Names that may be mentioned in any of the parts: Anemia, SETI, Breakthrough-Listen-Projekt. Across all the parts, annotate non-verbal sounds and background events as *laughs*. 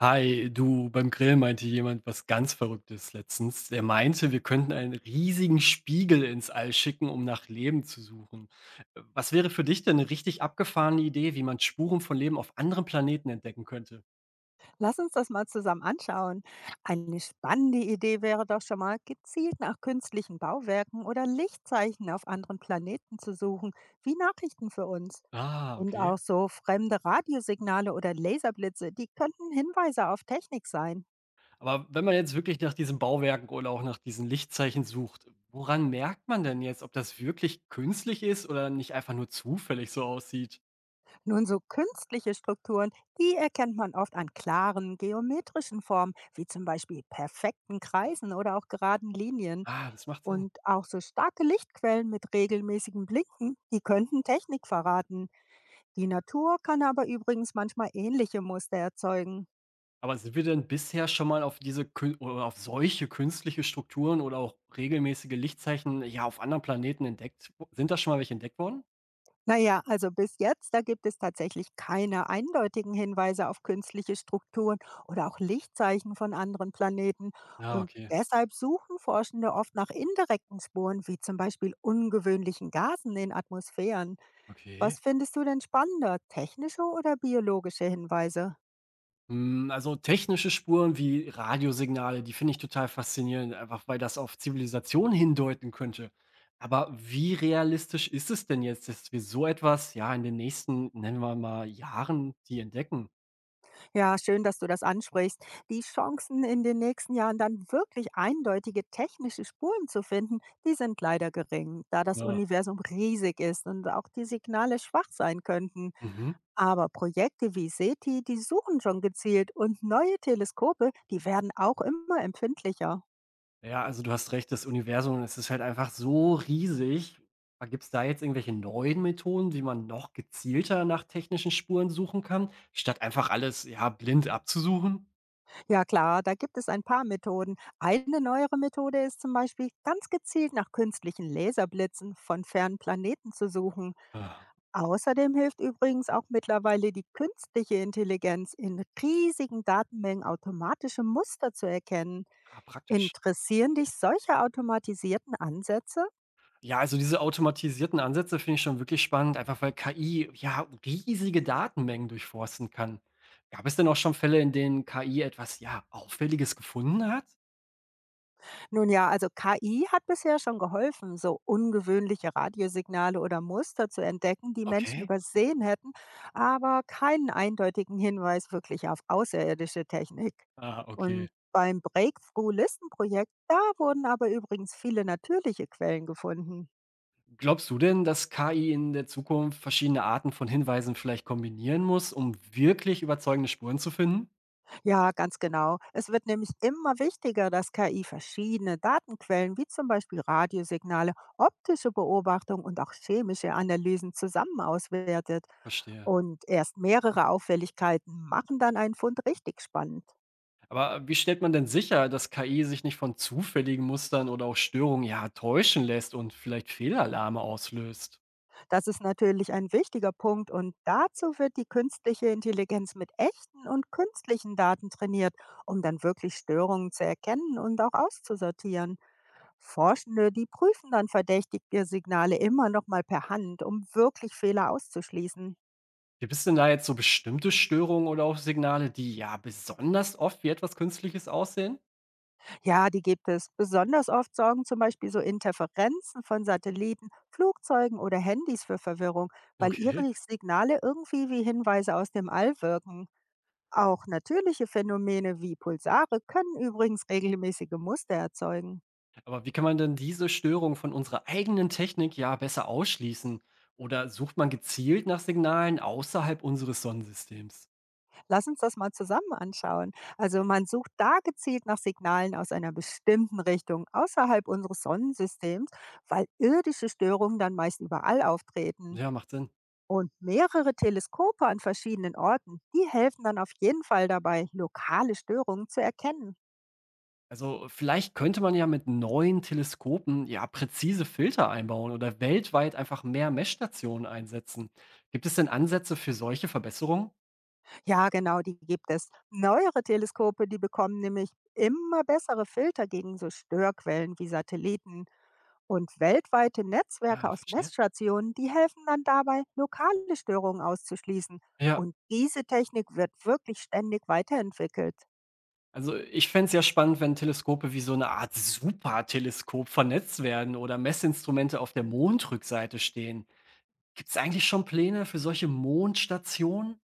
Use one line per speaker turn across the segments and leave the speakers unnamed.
Hi, du, beim Grill meinte jemand was ganz Verrücktes letztens. Er meinte, wir könnten einen riesigen Spiegel ins All schicken, um nach Leben zu suchen. Was wäre für dich denn eine richtig abgefahrene Idee, wie man Spuren von Leben auf anderen Planeten entdecken könnte?
Lass uns das mal zusammen anschauen. Eine spannende Idee wäre doch schon mal, gezielt nach künstlichen Bauwerken oder Lichtzeichen auf anderen Planeten zu suchen, wie Nachrichten für uns.
Ah,
Und
okay.
auch so fremde Radiosignale oder Laserblitze, die könnten Hinweise auf Technik sein.
Aber wenn man jetzt wirklich nach diesen Bauwerken oder auch nach diesen Lichtzeichen sucht, woran merkt man denn jetzt, ob das wirklich künstlich ist oder nicht einfach nur zufällig so aussieht?
Nun, so künstliche Strukturen, die erkennt man oft an klaren geometrischen Formen, wie zum Beispiel perfekten Kreisen oder auch geraden Linien.
Ah, das macht Sinn.
Und auch so starke Lichtquellen mit regelmäßigem Blinken, die könnten Technik verraten. Die Natur kann aber übrigens manchmal ähnliche Muster erzeugen.
Aber sind wir denn bisher schon mal auf diese kün oder auf solche künstliche Strukturen oder auch regelmäßige Lichtzeichen, ja, auf anderen Planeten entdeckt w sind da schon mal welche entdeckt worden?
Naja, also bis jetzt, da gibt es tatsächlich keine eindeutigen Hinweise auf künstliche Strukturen oder auch Lichtzeichen von anderen Planeten.
Ja,
Und
okay,
deshalb suchen Forschende oft nach indirekten Spuren, wie zum Beispiel ungewöhnlichen Gasen in Atmosphären. Was
okay.
findest du denn spannender, technische oder biologische Hinweise?
Hm, also technische Spuren wie Radiosignale, die finde ich total faszinierend, einfach weil das auf Zivilisation hindeuten könnte. Aber wie realistisch ist es denn jetzt, dass wir so etwas, ja, in den nächsten, nennen wir mal, Jahren, die entdecken?
Ja, schön, dass du das ansprichst. Die Chancen, in den nächsten Jahren dann wirklich eindeutige technische Spuren zu finden, die sind leider gering, da das
Ja.
Universum riesig ist und auch die Signale schwach sein könnten.
Mhm.
Aber Projekte wie SETI, die suchen schon gezielt, und neue Teleskope, die werden auch immer empfindlicher.
Ja, also du hast recht, das Universum, es ist halt einfach so riesig. Aber gibt's da jetzt irgendwelche neuen Methoden, wie man noch gezielter nach technischen Spuren suchen kann, statt einfach alles, ja, blind abzusuchen?
Ja klar, da gibt es ein paar Methoden. Eine neuere Methode ist zum Beispiel, ganz gezielt nach künstlichen Laserblitzen von fernen Planeten zu suchen.
Ah,
Außerdem hilft übrigens auch mittlerweile die künstliche Intelligenz, in riesigen Datenmengen automatische Muster zu erkennen.
praktisch.
Interessieren dich solche automatisierten Ansätze?
Ja, also diese automatisierten Ansätze finde ich schon wirklich spannend, einfach weil KI ja riesige Datenmengen durchforsten kann. Gab es denn auch schon Fälle, in denen KI etwas, ja, Auffälliges gefunden hat?
Nun ja, also KI hat bisher schon geholfen, so ungewöhnliche Radiosignale oder Muster zu entdecken, die Menschen
Okay.
übersehen hätten, aber keinen eindeutigen Hinweis wirklich auf außerirdische Technik.
Ah, okay.
Und beim Breakthrough-Listen-Projekt, da wurden aber übrigens viele natürliche Quellen gefunden.
Glaubst du denn, dass KI in der Zukunft verschiedene Arten von Hinweisen vielleicht kombinieren muss, um wirklich überzeugende Spuren zu finden?
Ja, ganz genau. Es wird nämlich immer wichtiger, dass KI verschiedene Datenquellen wie zum Beispiel Radiosignale, optische Beobachtung und auch chemische Analysen zusammen auswertet.
Verstehe.
Und erst mehrere Auffälligkeiten machen dann einen Fund richtig spannend.
Aber wie stellt man denn sicher, dass KI sich nicht von zufälligen Mustern oder auch Störungen ja täuschen lässt und vielleicht Fehlalarme auslöst?
Das ist natürlich ein wichtiger Punkt, und dazu wird die künstliche Intelligenz mit echten und künstlichen Daten trainiert, um dann wirklich Störungen zu erkennen und auch auszusortieren. Forschende, die prüfen dann verdächtige Signale immer nochmal per Hand, um wirklich Fehler auszuschließen.
Gibt es denn da jetzt so bestimmte Störungen oder auch Signale, die ja besonders oft wie etwas Künstliches aussehen?
Ja, die gibt es. Besonders oft sorgen zum Beispiel so Interferenzen von Satelliten, Flugzeugen oder Handys für Verwirrung, weil
Okay.
ihre Signale irgendwie wie Hinweise aus dem All wirken. Auch natürliche Phänomene wie Pulsare können übrigens regelmäßige Muster erzeugen.
Aber wie kann man denn diese Störung von unserer eigenen Technik ja besser ausschließen? Oder sucht man gezielt nach Signalen außerhalb unseres Sonnensystems?
Lass uns das mal zusammen anschauen. Also man sucht da gezielt nach Signalen aus einer bestimmten Richtung außerhalb unseres Sonnensystems, weil irdische Störungen dann meist überall auftreten.
Ja, macht Sinn.
Und mehrere Teleskope an verschiedenen Orten, die helfen dann auf jeden Fall dabei, lokale Störungen zu erkennen.
Also vielleicht könnte man ja mit neuen Teleskopen ja präzise Filter einbauen oder weltweit einfach mehr Messstationen einsetzen. Gibt es denn Ansätze für solche Verbesserungen?
Ja, genau, die gibt es. Neuere Teleskope, die bekommen nämlich immer bessere Filter gegen so Störquellen wie Satelliten. Und weltweite
Ja,
Netzwerke aus
verstehe.
Messstationen, die helfen dann dabei, lokale Störungen auszuschließen.
Ja,
Und diese Technik wird wirklich ständig weiterentwickelt.
also ich fänd's ja spannend, wenn Teleskope wie so eine Art Superteleskop vernetzt werden oder Messinstrumente auf der Mondrückseite stehen. Gibt's eigentlich schon Pläne für solche Mondstationen?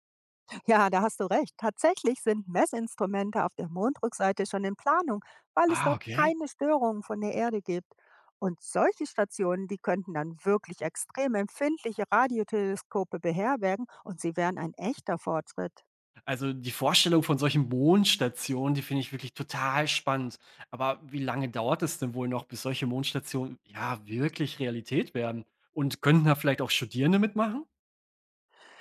Ja, da hast du recht. Tatsächlich sind Messinstrumente auf der Mondrückseite schon in Planung, weil es
Ah,
dort
okay.
keine Störungen von der Erde gibt. Und solche Stationen, die könnten dann wirklich extrem empfindliche Radioteleskope beherbergen, und sie wären ein echter Fortschritt.
Also die Vorstellung von solchen Mondstationen, die finde ich wirklich total spannend. Aber wie lange dauert es denn wohl noch, bis solche Mondstationen ja wirklich Realität werden? Und könnten da vielleicht auch Studierende mitmachen?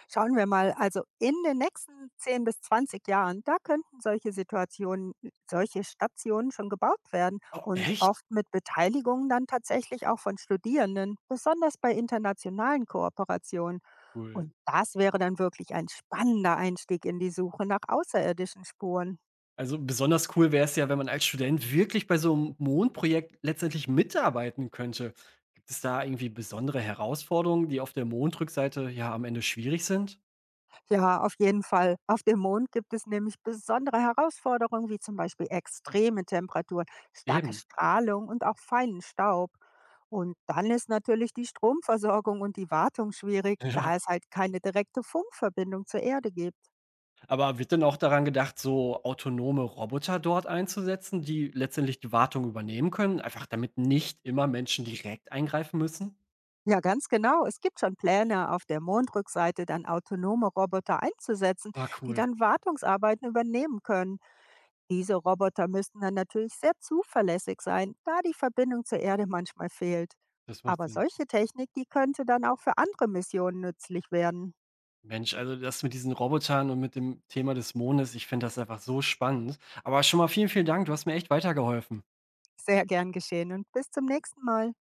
Schauen wir mal, also in den nächsten 10 bis 20 Jahren, da könnten solche Situationen, solche Stationen schon gebaut werden,
Oh,
und oft
echt?
mit Beteiligung dann tatsächlich auch von Studierenden, besonders bei internationalen Kooperationen.
Cool.
Und das wäre dann wirklich ein spannender Einstieg in die Suche nach außerirdischen Spuren.
Also besonders cool wäre es ja, wenn man als Student wirklich bei so einem Mondprojekt letztendlich mitarbeiten könnte. Gibt es da irgendwie besondere Herausforderungen, die auf der Mondrückseite ja am Ende schwierig sind?
Ja, auf jeden Fall. Auf dem Mond gibt es nämlich besondere Herausforderungen, wie zum Beispiel extreme Temperaturen, starke
Eben.
Strahlung und auch feinen Staub. Und dann ist natürlich die Stromversorgung und die Wartung schwierig,
*laughs* Ja.
da es halt keine direkte Funkverbindung zur Erde gibt.
Aber wird denn auch daran gedacht, so autonome Roboter dort einzusetzen, die letztendlich die Wartung übernehmen können, einfach damit nicht immer Menschen direkt eingreifen müssen?
Ja, ganz genau. Es gibt schon Pläne, auf der Mondrückseite dann autonome Roboter einzusetzen,
Ah,
die
cool.
dann Wartungsarbeiten übernehmen können. Diese Roboter müssten dann natürlich sehr zuverlässig sein, da die Verbindung zur Erde manchmal fehlt.
Das macht
Aber
Sinn.
solche Technik, die könnte dann auch für andere Missionen nützlich werden.
Mensch, also das mit diesen Robotern und mit dem Thema des Mondes, ich finde das einfach so spannend. Aber schon mal vielen, vielen Dank. Du hast mir echt weitergeholfen.
Sehr gern geschehen, und bis zum nächsten Mal.